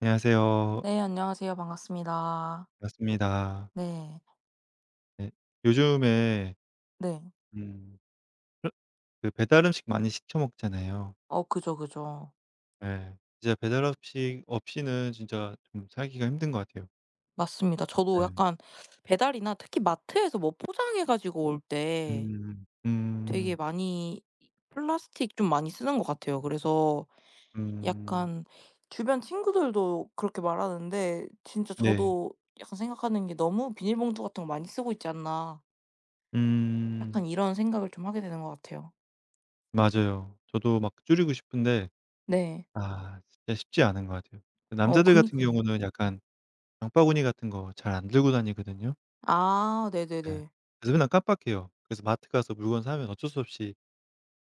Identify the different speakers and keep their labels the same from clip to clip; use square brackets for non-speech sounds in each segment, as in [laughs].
Speaker 1: 안녕하세요.
Speaker 2: 네, 안녕하세요. 반갑습니다.
Speaker 1: 반갑습니다.
Speaker 2: 네.
Speaker 1: 네. 요즘에
Speaker 2: 네.
Speaker 1: 음. 플 그 배달 음식 많이 시켜 먹잖아요.
Speaker 2: 어, 그죠, 그죠.
Speaker 1: 네. 진짜 배달 음식 없이는 진짜 좀 살기가 힘든 것 같아요.
Speaker 2: 맞습니다. 저도
Speaker 1: 네.
Speaker 2: 약간 배달이나 특히 마트에서 뭐 포장해 가지고 올 때
Speaker 1: 음. 음.
Speaker 2: 되게 많이 플라스틱 좀 많이 쓰는 것 같아요. 그래서
Speaker 1: 음.
Speaker 2: 약간 주변 친구들도 그렇게 말하는데 진짜
Speaker 1: 네.
Speaker 2: 저도 약간 생각하는 게 '너무 비닐봉투 같은 거 많이 쓰고 있지 않나.'
Speaker 1: 음.
Speaker 2: 약간 이런 생각을 좀 하게 되는 것 같아요.
Speaker 1: 맞아요. 저도 막 줄이고 싶은데
Speaker 2: 네.
Speaker 1: 아 진짜 쉽지 않은 것 같아요. 그
Speaker 2: 어, 그
Speaker 1: 남자들
Speaker 2: 니
Speaker 1: 같은
Speaker 2: 까요
Speaker 1: 경우는 약간 장바구니 같은 거 잘 안 들고 다니거든요.
Speaker 2: 아,
Speaker 1: 예.
Speaker 2: 네네네.
Speaker 1: 그래서 맨날 깜빡해요. 그래서 마트 가서 물건 사면 어쩔 수 없이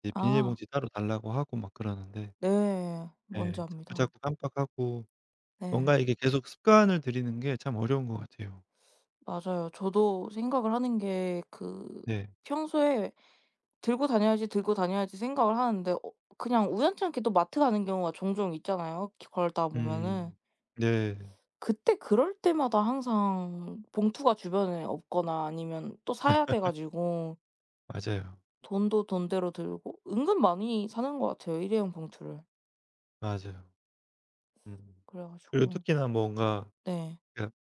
Speaker 1: 이제
Speaker 2: 아,
Speaker 1: 비닐봉지 따로 달라고 하고 막 그러는데,
Speaker 2: 네. 뭔지
Speaker 1: 예,
Speaker 2: 압니다.
Speaker 1: 자꾸자꾸 깜빡하고
Speaker 2: 네.
Speaker 1: 뭔가 이게 계속 습관을 들이는 게 참 어려운 것 같아요.
Speaker 2: 맞아요. 저도 생각을 하는 게 그
Speaker 1: 네.
Speaker 2: 평소에 '들고 다녀야지, 들고 다녀야지.' 생각을 하는데, 어, 그냥 우연찮게 또 마트 가는 경우가 종종 있잖아요, 기 걸다 보면은.
Speaker 1: 음. 네.
Speaker 2: 그때 그럴 때마다 항상 봉투가 주변에 없거나 아니면 또 사야 돼 가지고
Speaker 1: 맞아요.
Speaker 2: 돈도 돈대로 들고 은근 많이 사는 것 같아요, 일회용 봉투를.
Speaker 1: 맞아요. 음.
Speaker 2: 그래
Speaker 1: 그리고
Speaker 2: 가지고.
Speaker 1: 특히나 뭔가
Speaker 2: 네.
Speaker 1: 그러니까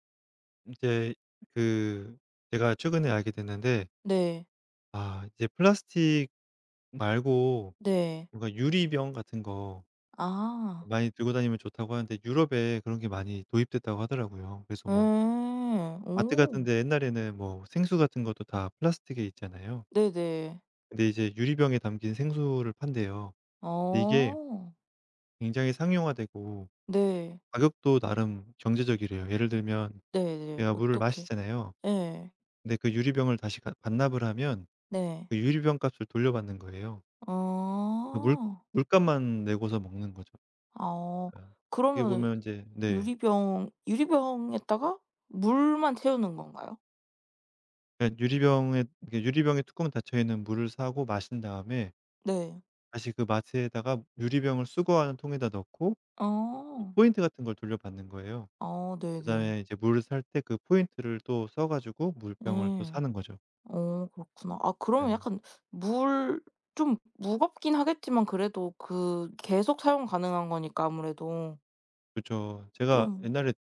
Speaker 1: 제그 제가 최근에 알게 됐는데
Speaker 2: 네.
Speaker 1: 아 이제 플라스틱 말고
Speaker 2: 네.
Speaker 1: 뭔가 유리병 같은 거
Speaker 2: 아.
Speaker 1: 많이 들고 다니면 좋다고 하는데 유럽에 그런 게 많이 도입됐다고 하더라고요. 그래서 뭐
Speaker 2: 에에에에에.
Speaker 1: 마트 같은
Speaker 2: 오.
Speaker 1: 데 옛날에는 뭐 생수 같은 것도 다 플라스틱에 있잖아요.
Speaker 2: 네네.
Speaker 1: 근데 이제 유리병에 담긴 생수를 판대요. 근데 이게
Speaker 2: 어.
Speaker 1: 굉장히 상용화되고
Speaker 2: 네.
Speaker 1: 가격도 나름 경제적이래요. 예를 들면
Speaker 2: 네네.
Speaker 1: 제가 물을
Speaker 2: 어떻게.
Speaker 1: 마시잖아요.
Speaker 2: 예.
Speaker 1: 근데 그 유리병을 다시 가 반납을 하면
Speaker 2: 네.
Speaker 1: 그 유리병 값을 돌려받는 거예요. 그 물
Speaker 2: 어.
Speaker 1: 물값만 내고서 먹는 거죠.
Speaker 2: 아, 어.
Speaker 1: 그러니까 어떻게
Speaker 2: 그러면은
Speaker 1: 보면 이제 네.
Speaker 2: 유리병, 유리병에다가 물만 채우는 건가요?
Speaker 1: 그 유리병에 뚜껑 닫혀 있는 물을 사고 마신 다음에
Speaker 2: 네.
Speaker 1: 다시 그 마트에다가 유리병을 수거하는 통에다 넣고
Speaker 2: 어.
Speaker 1: 포인트 같은 걸 돌려받는 거예요.
Speaker 2: 아, 네네.
Speaker 1: 그다음에 이제 물을 살 때 그 포인트를 또 써 가지고
Speaker 2: 예.
Speaker 1: 물병을 또 사는 거죠.
Speaker 2: 어, 그렇구나. 아, 그러면
Speaker 1: 네.
Speaker 2: 약간 물 좀 무겁긴 하겠지만 그래도 그 계속 사용 가능한 거니까 아무래도
Speaker 1: 그쵸. 제가
Speaker 2: 좀.
Speaker 1: 옛날에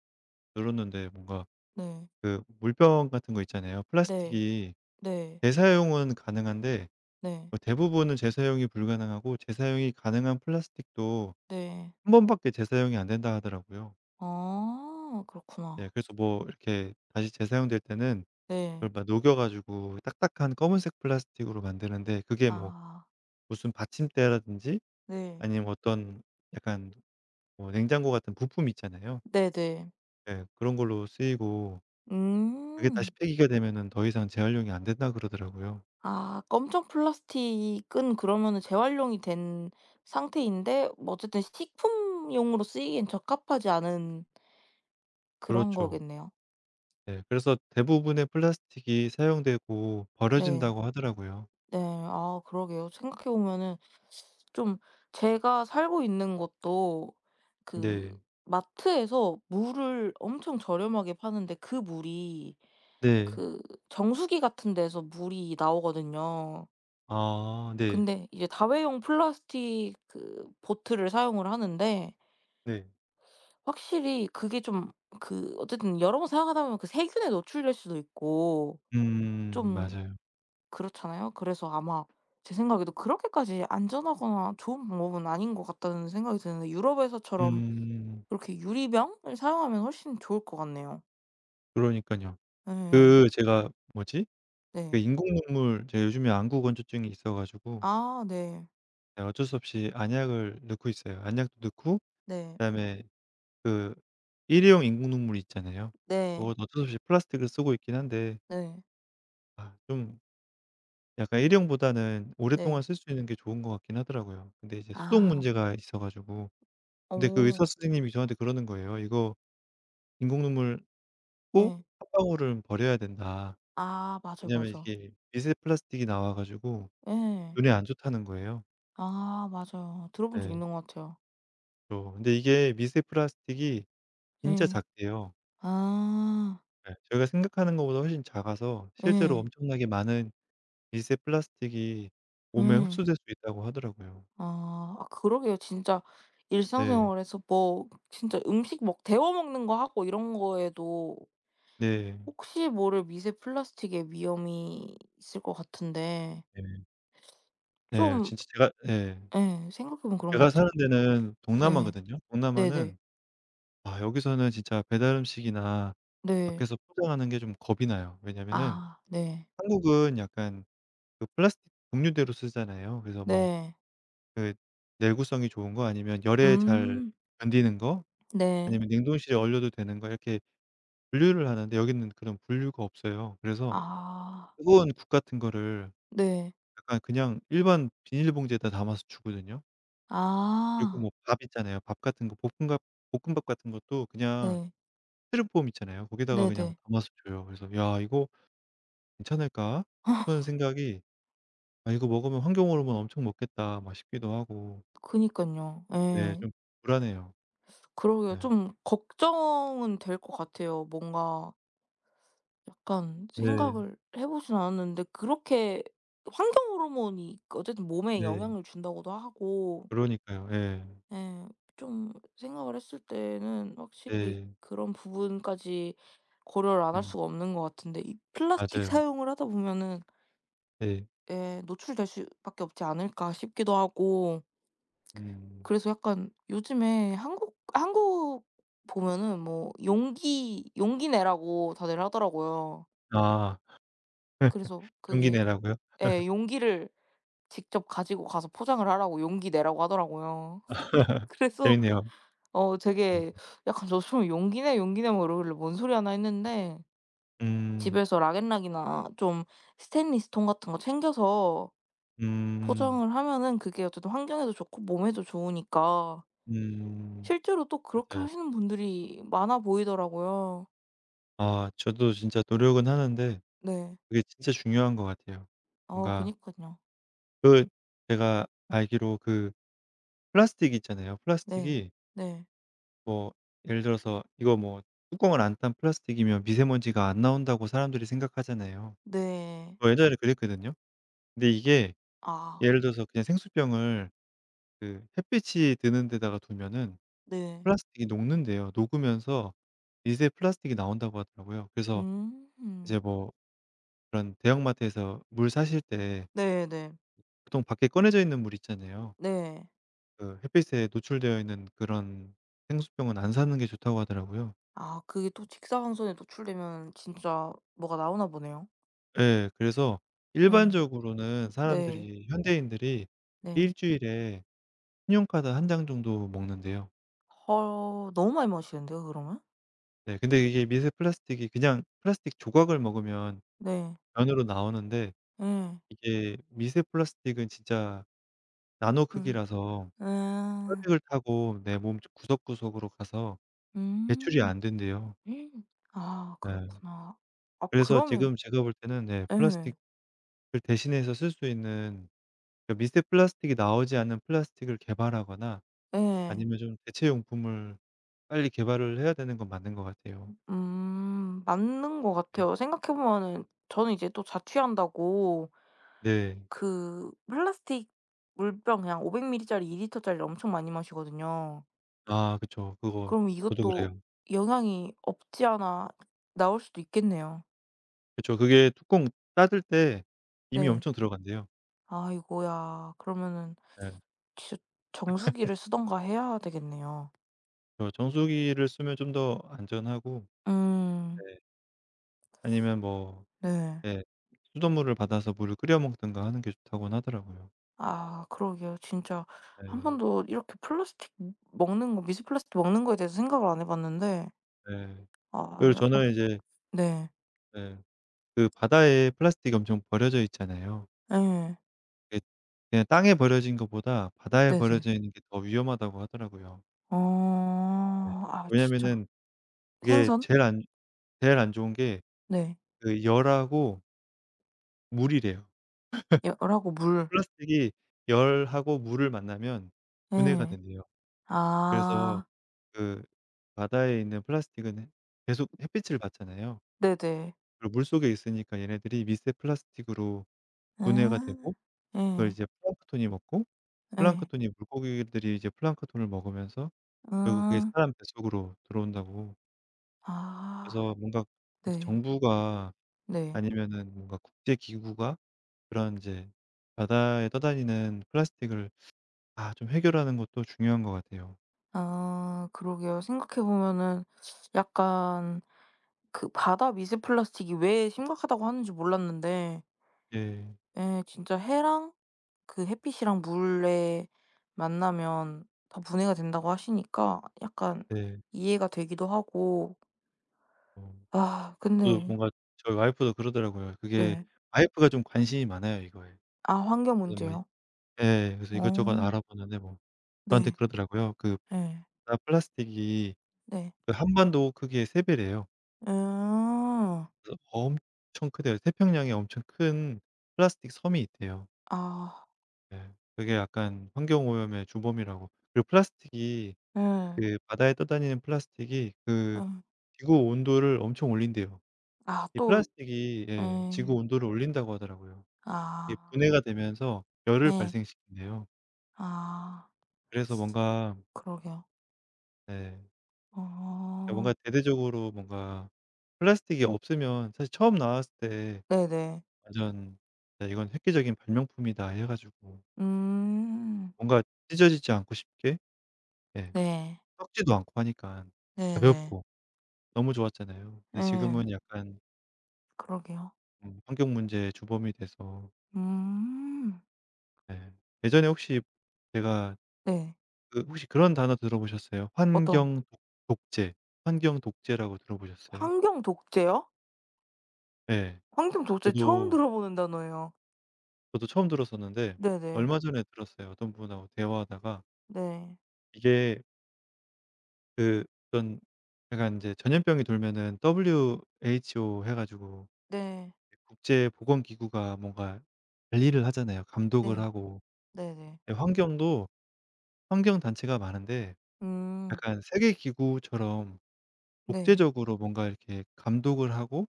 Speaker 1: 들었는데 뭔가
Speaker 2: 네.
Speaker 1: 그 물병 같은 거 있잖아요.
Speaker 2: 네.
Speaker 1: 플라스틱이
Speaker 2: 네.
Speaker 1: 재사용은 가능한데
Speaker 2: 네.
Speaker 1: 뭐 대부분은 재사용이 불가능하고 재사용이 가능한 플라스틱도
Speaker 2: 네.
Speaker 1: 한 번밖에 재사용이 안 된다 하더라고요.
Speaker 2: 아,
Speaker 1: 예.
Speaker 2: 그렇구나.
Speaker 1: 그래서 뭐 이렇게 다시 재사용될 때는
Speaker 2: 네.
Speaker 1: 그걸 막 녹여 가지고 딱딱한 검은색 플라스틱으로 만드는데 그게 뭐
Speaker 2: 아,
Speaker 1: 무슨 받침대라든지
Speaker 2: 네.
Speaker 1: 아니면 어떤 약간 뭐 냉장고 같은 부품 있잖아요.
Speaker 2: 네네.
Speaker 1: 예. 그런 걸로 쓰이고 그게 다시
Speaker 2: 음.
Speaker 1: 폐기가 되면은 더 이상 재활용이 안 된다 그러더라고요.
Speaker 2: 아, 검정 플라스틱은 그러면은 재활용이 된 상태인데 뭐 어쨌든 식품용으로 쓰이기엔 적합하지 않은 그런
Speaker 1: 그렇죠.
Speaker 2: 거겠네요.
Speaker 1: 네. 그래서 대부분의 플라스틱이 사용되고
Speaker 2: 네.
Speaker 1: 버려진다고 하더라고요.
Speaker 2: 네. 아, 그러게요. 생각해 보면은 좀 제가 살고 있는 곳도
Speaker 1: 네.
Speaker 2: 그 마트에서 물을 엄청 저렴하게 파는데, 그 물이
Speaker 1: 네.
Speaker 2: 그 정수기 같은 데서 물이 나오거든요.
Speaker 1: 아 네.
Speaker 2: 근데 이제 다회용 플라스틱 그 보트를 사용을 하는데
Speaker 1: 네.
Speaker 2: 확실히 그게 좀, 그 어쨌든 여러 번 사용하다 보면 그 세균에 노출될 수도 있고 좀
Speaker 1: 맞아요.
Speaker 2: 그렇잖아요. 그래서 아마 제 생각에도 '그렇게까지 안전하거나 좋은 방법은 아닌 것 같다.'는 생각이 드는데, 유럽에서처럼
Speaker 1: 음
Speaker 2: 그렇게 유리병을 사용하면 훨씬 좋을 것 같네요.
Speaker 1: 그러니까요
Speaker 2: 예.
Speaker 1: 그 제가 뭐지? 그
Speaker 2: 네.
Speaker 1: 인공눈물 제가 요즘에 안구 건조증이 있어 가지고
Speaker 2: 아, 네.
Speaker 1: 네, 어쩔 수 없이 안약을 넣고 있어요. 안약도 넣고
Speaker 2: 네.
Speaker 1: 그다음에 그 일회용 인공눈물 있잖아요. 뭐
Speaker 2: 네.
Speaker 1: 어쩔 수 없이 플라스틱을 쓰고 있긴 한데
Speaker 2: 네.
Speaker 1: 아 좀 약간 일회용보다는 오랫동안
Speaker 2: 네.
Speaker 1: 쓸 수 있는 게 좋은 것 같긴 하더라고요. 근데 이제 수독
Speaker 2: 아.
Speaker 1: 문제가 있어 가지고 근데 그
Speaker 2: 어.
Speaker 1: 의사 선생님이 저한테 그러는 거예요. "이거 인공눈물 꼭
Speaker 2: 예.
Speaker 1: 한 방울은 버려야 된다."
Speaker 2: 아, 맞아요,
Speaker 1: 왜냐하면
Speaker 2: 맞아.
Speaker 1: 이게 미세 플라스틱이 나와 가지고
Speaker 2: 예.
Speaker 1: 눈에 안 좋다는 거예요.
Speaker 2: 아, 맞아요. 들어본 적
Speaker 1: 네.
Speaker 2: 있는 것 같아요.
Speaker 1: 그죠. 근데 이게 미세 플라스틱이 진짜
Speaker 2: 예.
Speaker 1: 작대요.
Speaker 2: 아.
Speaker 1: 예. 저희가 생각하는 것보다 훨씬 작아서 실제로
Speaker 2: 예.
Speaker 1: 엄청나게 많은 미세 플라스틱이 몸에
Speaker 2: 예.
Speaker 1: 흡수될 수 있다고 하더라고요.
Speaker 2: 아. 아, 그러게요. 진짜
Speaker 1: 네.
Speaker 2: 일상생활에서 뭐 진짜 음식 막 데워 먹는 거 하고 이런 거에도
Speaker 1: 네.
Speaker 2: 혹시 모를 미세 플라스틱의 위험이 있을 것 같은데
Speaker 1: 네. 네.
Speaker 2: 좀,
Speaker 1: 진짜 제가 예.
Speaker 2: 예, 생각해 보면 그런
Speaker 1: 제가
Speaker 2: 것
Speaker 1: 사는
Speaker 2: 같아요.
Speaker 1: 데는
Speaker 2: 네.
Speaker 1: 동남아거든요.
Speaker 2: 네네.
Speaker 1: 동남아는 아 여기서는 진짜 배달 음식이나
Speaker 2: 네. 네.
Speaker 1: 밖에서 포장하는 게 좀 겁이 나요. 왜냐면은
Speaker 2: 아, 네.
Speaker 1: 한국은 약간 그 플라스틱 종류대로 쓰잖아요. 그래서 뭐
Speaker 2: 네.
Speaker 1: 그 내구성이 좋은 거 아니면 열에 잘
Speaker 2: 음.
Speaker 1: 견디는 거
Speaker 2: 네.
Speaker 1: 아니면 냉동실에 얼려도 되는 거 이렇게 분류를 하는데 여기는 그런 분류가 없어요. 그래서
Speaker 2: 아.
Speaker 1: 뜨거운 국 같은 거를
Speaker 2: 네.
Speaker 1: 약간 그냥 일반 비닐봉지에다 담아서 주거든요. 그리고
Speaker 2: 아.
Speaker 1: 뭐 밥 있잖아요. 밥 같은 거 볶음밥 같은 것도 그냥
Speaker 2: 네.
Speaker 1: 스티로폼 있잖아요. 거기다가 그냥
Speaker 2: 네네.
Speaker 1: 담아서 줘요. 그래서 '야 이거 괜찮을까?' 그런 생각이 '아 이거 먹으면 환경 오염은 엄청 먹겠다.' 막 싶기도 하고
Speaker 2: 그니깐요.
Speaker 1: 예,
Speaker 2: 예.
Speaker 1: 좀 불안해요.
Speaker 2: 그러게요.
Speaker 1: 네.
Speaker 2: 좀 걱정은 될 것 같아요. 뭔가 약간
Speaker 1: 네.
Speaker 2: 생각을 해 보진 않았는데 그렇게 환경 호르몬이 어쨌든 몸에
Speaker 1: 네.
Speaker 2: 영향을 준다고도 하고,
Speaker 1: 그러니까요. 예.
Speaker 2: 예 좀 생각을 했을 때는 확실히
Speaker 1: 네.
Speaker 2: 그런 부분까지 고려를 안 할
Speaker 1: 음.
Speaker 2: 수가 없는 것 같은데, 이 플라스틱
Speaker 1: 맞아요.
Speaker 2: 사용을 하다 보면은
Speaker 1: 네.
Speaker 2: 예 노출될 수 밖에 없지 않을까 싶기도 하고.
Speaker 1: 음.
Speaker 2: 그래서 약간 요즘에 한국 보면은 뭐 용기 용기 내라고 다들 하더라고요.
Speaker 1: 아. [laughs]
Speaker 2: 그래서
Speaker 1: 용기
Speaker 2: 그게
Speaker 1: 내라고요?
Speaker 2: 예 용기를 직접 가지고 가서 포장을 하라고 용기 내라고 하더라고요. [laughs] 그래서
Speaker 1: 재밌네요.
Speaker 2: 어
Speaker 1: 음.
Speaker 2: 되게 약간 저 처'용기 내, 용기 내.' 뭐 이러길래 '뭔 소리 하나.' 했는데
Speaker 1: 음.
Speaker 2: 집에서 락앤락이나 좀 스테인리스 통 같은 거 챙겨서
Speaker 1: 음.
Speaker 2: 포장을 하면은 그게 어쨌든 환경에도 좋고 몸에도 좋으니까
Speaker 1: 음
Speaker 2: 실제로 또 그렇게
Speaker 1: 맞아요.
Speaker 2: 하시는 분들이 많아 보이더라고요.
Speaker 1: 아 저도 진짜 노력은 하는데
Speaker 2: 네.
Speaker 1: 그게 진짜 중요한 것 같아요.
Speaker 2: 어,
Speaker 1: 뭔가
Speaker 2: 그니깐요.
Speaker 1: 그 제가 알기로 그 플라스틱 있잖아요.
Speaker 2: 네.
Speaker 1: 플라스틱이
Speaker 2: 네.
Speaker 1: 뭐 예를 들어서 이거 뭐 뚜껑을 안 딴 플라스틱이면 미세먼지가 안 나온다고 사람들이 생각하잖아요.
Speaker 2: 네.
Speaker 1: 저 예전에 그랬거든요. 근데 이게
Speaker 2: 아,
Speaker 1: 예를 들어서 그냥 생수병을 그 햇빛이 드는 데다가 두면은
Speaker 2: 네.
Speaker 1: 플라스틱이 녹는데요 녹으면서 미세 플라스틱이 나온다고 하더라고요. 그래서
Speaker 2: 음.
Speaker 1: 이제 뭐 그런 대형마트에서 물 사실 때
Speaker 2: 네네. 네.
Speaker 1: 보통 밖에 꺼내져 있는 물 있잖아요.
Speaker 2: 네.
Speaker 1: 그 햇빛에 노출되어 있는 그런 생수병은 안 사는 게 좋다고 하더라고요.
Speaker 2: 아, 그게 또 직사광선에 노출되면 진짜 뭐가 나오나 보네요.
Speaker 1: 예. 그래서
Speaker 2: 예.
Speaker 1: 일반적으로는
Speaker 2: 네.
Speaker 1: 사람들이 현대인들이 일
Speaker 2: 네.
Speaker 1: 주일에 신용카드 한 장 정도 먹는데요.
Speaker 2: 어, 너무 많이 마시는데요, 그러면?
Speaker 1: 네. 근데 이게 미세 플라스틱이 그냥 플라스틱 조각을 먹으면
Speaker 2: 네.
Speaker 1: 면으로 나오는데
Speaker 2: 예.
Speaker 1: 이게 미세 플라스틱은 진짜 나노
Speaker 2: 음.
Speaker 1: 크기라서
Speaker 2: 아.
Speaker 1: 혈액을 타고 내 몸 구석구석으로 가서 배출이
Speaker 2: 음.
Speaker 1: 안 된대요.
Speaker 2: 아,
Speaker 1: 예.
Speaker 2: 그렇구나. 아,
Speaker 1: 그래서
Speaker 2: 그러면
Speaker 1: 지금 제가 볼 때는 네
Speaker 2: 예.
Speaker 1: 플라스틱을 대신해서 쓸 수 있는 그 미세 플라스틱이 나오지 않는 플라스틱을 개발하거나
Speaker 2: 예.
Speaker 1: 아니면 좀 대체 용품을 빨리 개발을 해야 되는 건 맞는 것 같아요.
Speaker 2: 음. 맞는 것
Speaker 1: 네.
Speaker 2: 같아요. 생각해 보면은 저는 이제 또 자취한다고
Speaker 1: 네.
Speaker 2: 그 플라스틱 물병 그냥 500ml 짜리 2리터 리터 짜리 엄청 많이 마시거든요.
Speaker 1: 아 그쵸. 그거
Speaker 2: 그럼
Speaker 1: 저도
Speaker 2: 이것도
Speaker 1: 그래요.
Speaker 2: 영향이 없지 않아 나올 수도 있겠네요.
Speaker 1: 그쵸. 그게 뚜껑 닫을 때 이미
Speaker 2: 네.
Speaker 1: 엄청 들어간대요.
Speaker 2: 아이고야. 그러면은
Speaker 1: 네.
Speaker 2: 진짜 정수기를 쓰던가 해야 되겠네요.
Speaker 1: 저 정수기를 쓰면 좀 더 안전하고
Speaker 2: 음.
Speaker 1: 네 아니면 뭐
Speaker 2: 네.
Speaker 1: 네 수돗물을 받아서 물을 끓여 먹든가 하는 게 좋다고는 하더라고요.
Speaker 2: 아, 그러게요. 진짜 한
Speaker 1: 네.
Speaker 2: 번도 이렇게 플라스틱 먹는 거, 미세 플라스틱 먹는 거에 대해서 생각을 안 해 봤는데,
Speaker 1: 네.
Speaker 2: 아
Speaker 1: 그리고
Speaker 2: 약간.
Speaker 1: 저는 이제
Speaker 2: 네.
Speaker 1: 네. 그 바다에 플라스틱 엄청 버려져 있잖아요.
Speaker 2: 예.
Speaker 1: 그게 그냥 땅에 버려진 것보다 바다에
Speaker 2: 네네.
Speaker 1: 버려져 있는 게 더 위험하다고 하더라고요.
Speaker 2: 어.
Speaker 1: 네.
Speaker 2: 아, 진짜.
Speaker 1: 왜냐면은 그게
Speaker 2: 생선?
Speaker 1: 제일 안 좋은 게
Speaker 2: 네.
Speaker 1: 그 열하고 물이래요.
Speaker 2: 열하고
Speaker 1: 그
Speaker 2: 물.
Speaker 1: 플라스틱이 열하고 물을 만나면 분해가
Speaker 2: 예.
Speaker 1: 된대요. 그래서
Speaker 2: 아.
Speaker 1: 그 바다에 있는 플라스틱은 해 계속 햇빛을 받잖아요.
Speaker 2: 네네.
Speaker 1: 그리고 물속에 있으니까 얘네들이 미세 플라스틱으로 분해가
Speaker 2: 아.
Speaker 1: 되고 그걸
Speaker 2: 예.
Speaker 1: 이제 플랑크톤이 먹고
Speaker 2: 예.
Speaker 1: 플랑크톤이 물고기들이 이제 플랑크톤을 먹으면서 결국 그게
Speaker 2: 음.
Speaker 1: 사람 뱃속으로 들어온다고.
Speaker 2: 아.
Speaker 1: 그래서 뭔가 이제
Speaker 2: 네.
Speaker 1: 정부가
Speaker 2: 네.
Speaker 1: 아니면은 뭔가 국제 기구가 그런 이제 바다에 떠다니는 플라스틱을 아 좀 해결하는 것도 중요한 것 같아요.
Speaker 2: 아, 그러게요. 생각해 보면은 약간 그 바다 미세 플라스틱이 왜 심각하다고 하는지 몰랐는데,
Speaker 1: 예.
Speaker 2: 예 진짜 해랑 그 햇빛이랑 물에 만나면 다 분해가 된다고 하시니까 약간
Speaker 1: 네.
Speaker 2: 이해가 되기도 하고.
Speaker 1: 어.
Speaker 2: 아,
Speaker 1: 그
Speaker 2: 근데.
Speaker 1: 뭔가 저희 와이프도 그러더라고요. 그게
Speaker 2: 네.
Speaker 1: 와이프가 좀 관심이 많아요, 이거에.
Speaker 2: 아, 환경
Speaker 1: 그래서 막
Speaker 2: 문제요?
Speaker 1: 예. 그래서
Speaker 2: 어.
Speaker 1: 이것저것 알아보는데 뭐 저한테
Speaker 2: 네.
Speaker 1: 그러더라고요. 그
Speaker 2: 네
Speaker 1: 바다 플라스틱이
Speaker 2: 네.
Speaker 1: 그 한반도 크기의 3배 배래요.
Speaker 2: 음.
Speaker 1: 그래서 엄청 크대요. 태평양에 엄청 큰 플라스틱 섬이 있대요.
Speaker 2: 아,
Speaker 1: 예. 그게 약간 환경 오염의 주범이라고. 그리고 플라스틱이
Speaker 2: 네.
Speaker 1: 그 바다에 떠다니는 플라스틱이 그
Speaker 2: 음.
Speaker 1: 지구 온도를 엄청 올린대요.
Speaker 2: 아,
Speaker 1: 이
Speaker 2: 또.
Speaker 1: 플라스틱이,
Speaker 2: 예.
Speaker 1: 예, 지구 온도를 올린다고 하더라고요. 이게
Speaker 2: 아.
Speaker 1: 분해가 되면서 열을
Speaker 2: 예.
Speaker 1: 발생시킨대요.
Speaker 2: 아,
Speaker 1: 그래서 뭔가,
Speaker 2: 그러게요.
Speaker 1: 네, 뭔가
Speaker 2: 어.
Speaker 1: 대대적으로 뭔가 플라스틱이 없으면 사실 처음 나왔을 때
Speaker 2: 네네.
Speaker 1: 완전 '야 이건 획기적인 발명품이다.' 해 가지고
Speaker 2: 음.
Speaker 1: 뭔가 찢어지지 않고 쉽게, 예,
Speaker 2: 네.
Speaker 1: 썩지도 않고 하니깐
Speaker 2: 네네.
Speaker 1: 가볍고 너무 좋았잖아요. 근데
Speaker 2: 예.
Speaker 1: 지금은 약간
Speaker 2: 그러게요.
Speaker 1: 환경 문제의 주범이 돼서
Speaker 2: 음.
Speaker 1: 네. 예전에 혹시 제가
Speaker 2: 네.
Speaker 1: 그 혹시 그런 단어 들어보셨어요?
Speaker 2: 어떤.
Speaker 1: 환경 독 독재. 환경 독재라고 들어보셨어요?
Speaker 2: 환경 독재요?
Speaker 1: 예.
Speaker 2: 환경 독재 처음
Speaker 1: 저도
Speaker 2: 들어보는 단어예요.
Speaker 1: 저도 처음 들었었는데
Speaker 2: 네네.
Speaker 1: 얼마 전에 들었어요. 어떤 분하고 대화하다가
Speaker 2: 네.
Speaker 1: 이게 그 어떤 약간 인제 전염병이 돌면은 WHO 해 가지고
Speaker 2: 네.
Speaker 1: 국제보건기구가 뭔가 관리를 하잖아요. 감독을
Speaker 2: 네.
Speaker 1: 하고.
Speaker 2: 네네.
Speaker 1: 예, 환경도 환경 단체가 많은데
Speaker 2: 음.
Speaker 1: 약간 세계 기구처럼
Speaker 2: 네.
Speaker 1: 국제적으로 뭔가 이렇게 감독을 하고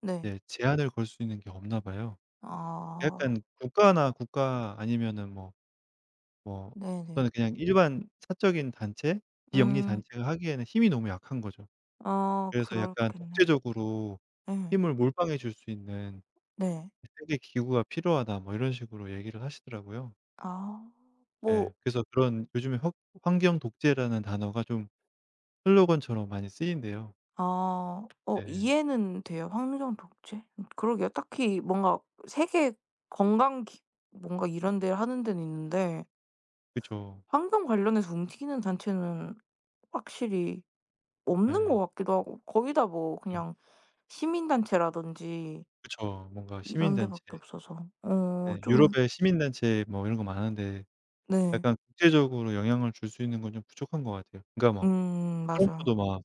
Speaker 2: 네.
Speaker 1: 이제 제한을 걸 수 있는 게 없나 봐요.
Speaker 2: 아.
Speaker 1: 약간 국가 아니면은 뭐
Speaker 2: 네네.
Speaker 1: 어떤 그냥 일반 사적인 단체, 비영리
Speaker 2: 음.
Speaker 1: 단체가 하기에는 힘이 너무 약한 거죠.
Speaker 2: 어,
Speaker 1: 그래서 약간
Speaker 2: 그렇겠네요.
Speaker 1: '독재적으로
Speaker 2: 예.
Speaker 1: 힘을 몰빵해 줄 수 있는
Speaker 2: 네.
Speaker 1: 세계 기구가 필요하다.' 뭐 이런 식으로 얘기를 하시더라고요.
Speaker 2: 아.
Speaker 1: 예.
Speaker 2: 뭐.
Speaker 1: 그래서 그런 요즘에 환경 독재라는 단어가 좀 슬로건처럼 많이 쓰인대요.
Speaker 2: 아, 어
Speaker 1: 예.
Speaker 2: 이해는 돼요. 환경 독재. 그러게요. 딱히 뭔가 세계 건강 기 뭔가 이런 데 하는 데는 있는데
Speaker 1: 그쵸.
Speaker 2: 환경 관련해서 움직이는 단체는 확실히 없는
Speaker 1: 예.
Speaker 2: 것 같기도 하고 거의 다 뭐
Speaker 1: 좀
Speaker 2: 그냥 시민단체라든지
Speaker 1: 그쵸. 뭔가
Speaker 2: 이런
Speaker 1: 시민단체
Speaker 2: 데밖에 없어서, 어
Speaker 1: 예.
Speaker 2: 좀.
Speaker 1: 유럽의 시민단체 뭐 이런 거 많은데
Speaker 2: 네.
Speaker 1: 약간 국제적으로 영향을 줄 수 있는 건 좀 부족한 것 같아요. 그러니까 막
Speaker 2: 음, 맞아요.
Speaker 1: 트럼프도 막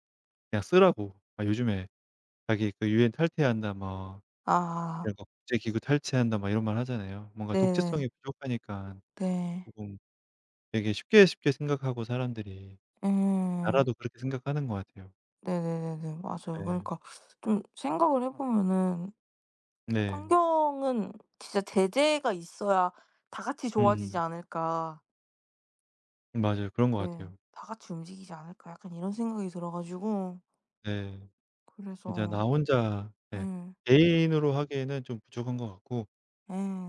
Speaker 1: 그냥 쓰라고 막 요즘에 자기 그 "유엔 탈퇴한다." 막
Speaker 2: 아,
Speaker 1: 이런 거 "국제기구 탈퇴한다." 막 이런 말 하잖아요. 뭔가
Speaker 2: 네네.
Speaker 1: 독재성이 부족하니까 조
Speaker 2: 네.
Speaker 1: 금 되게 쉽게 쉽게 생각하고 사람들이
Speaker 2: 예.
Speaker 1: 나라도 그렇게 생각하는 것 같아요.
Speaker 2: 네네네네. 맞아요.
Speaker 1: 예.
Speaker 2: 그러니까 좀 생각을 해 보면은
Speaker 1: 네.
Speaker 2: '환경은 진짜 제재가 있어야 다 같이 좋아지지
Speaker 1: 음.
Speaker 2: 않을까.'
Speaker 1: 맞아요. 그런 것
Speaker 2: 예.
Speaker 1: 같아요.
Speaker 2: '다 같이 움직이지 않을까.' 약간 이런 생각이 들어 가지고
Speaker 1: 네. 진짜 나
Speaker 2: 그래서.
Speaker 1: 혼자 네.
Speaker 2: 예.
Speaker 1: 개인으로 하기에는 좀 부족한 것 같고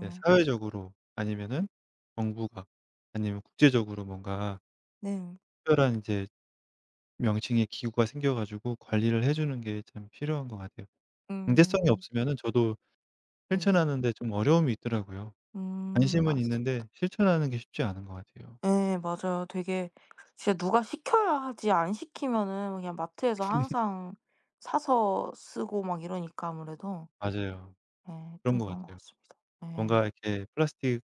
Speaker 1: 네 사회적으로 아니면은 정부가 아니면 국제적으로 뭔가
Speaker 2: 네.
Speaker 1: 특별한 인제 명칭의 기구가 생겨 가지고 관리를 해 주는 게 참 필요한 것 같아요. 강제성이
Speaker 2: 음.
Speaker 1: 없으면은 저도
Speaker 2: 네네.
Speaker 1: 실천하는 데 좀 어려움이 있더라고요.
Speaker 2: 음,
Speaker 1: 관심은
Speaker 2: 맞습니다.
Speaker 1: 있는데 실천하는 게 쉽지 않은 것 같아요.
Speaker 2: 예, 맞아요. 되게 진짜 누가 시켜야 하지, 안 시키면은 뭐 그냥 마트에서 항상 사서 쓰고 막 이러니까 아무래도
Speaker 1: 맞아요.
Speaker 2: 예
Speaker 1: 그런
Speaker 2: 좀
Speaker 1: 것
Speaker 2: 그런 것
Speaker 1: 같아요.
Speaker 2: 같습니다. 예.
Speaker 1: 뭔가 이렇게 플라스틱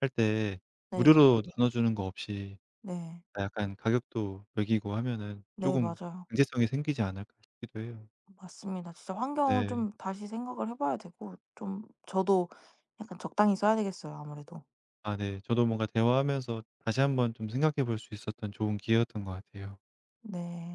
Speaker 1: 할 때
Speaker 2: 네.
Speaker 1: 무료로 나눠 주는 거 없이
Speaker 2: 네.
Speaker 1: 아 약간 가격도 매기고 하면은 조
Speaker 2: 네,
Speaker 1: 금
Speaker 2: 맞아요.
Speaker 1: 경제성이 생기지 않을까 싶기도 해요.
Speaker 2: 맞습니다. 진짜 환경을
Speaker 1: 네.
Speaker 2: 좀 다시 생각을 해 봐야 되고 좀 저도 약간 적당히 써야 되겠어요, 아무래도.
Speaker 1: 아 네. 저도 뭔가 대화하면서 다시 한번 좀 생각해 볼 수 있었던 좋은 기회였던 것 같아요.
Speaker 2: 네.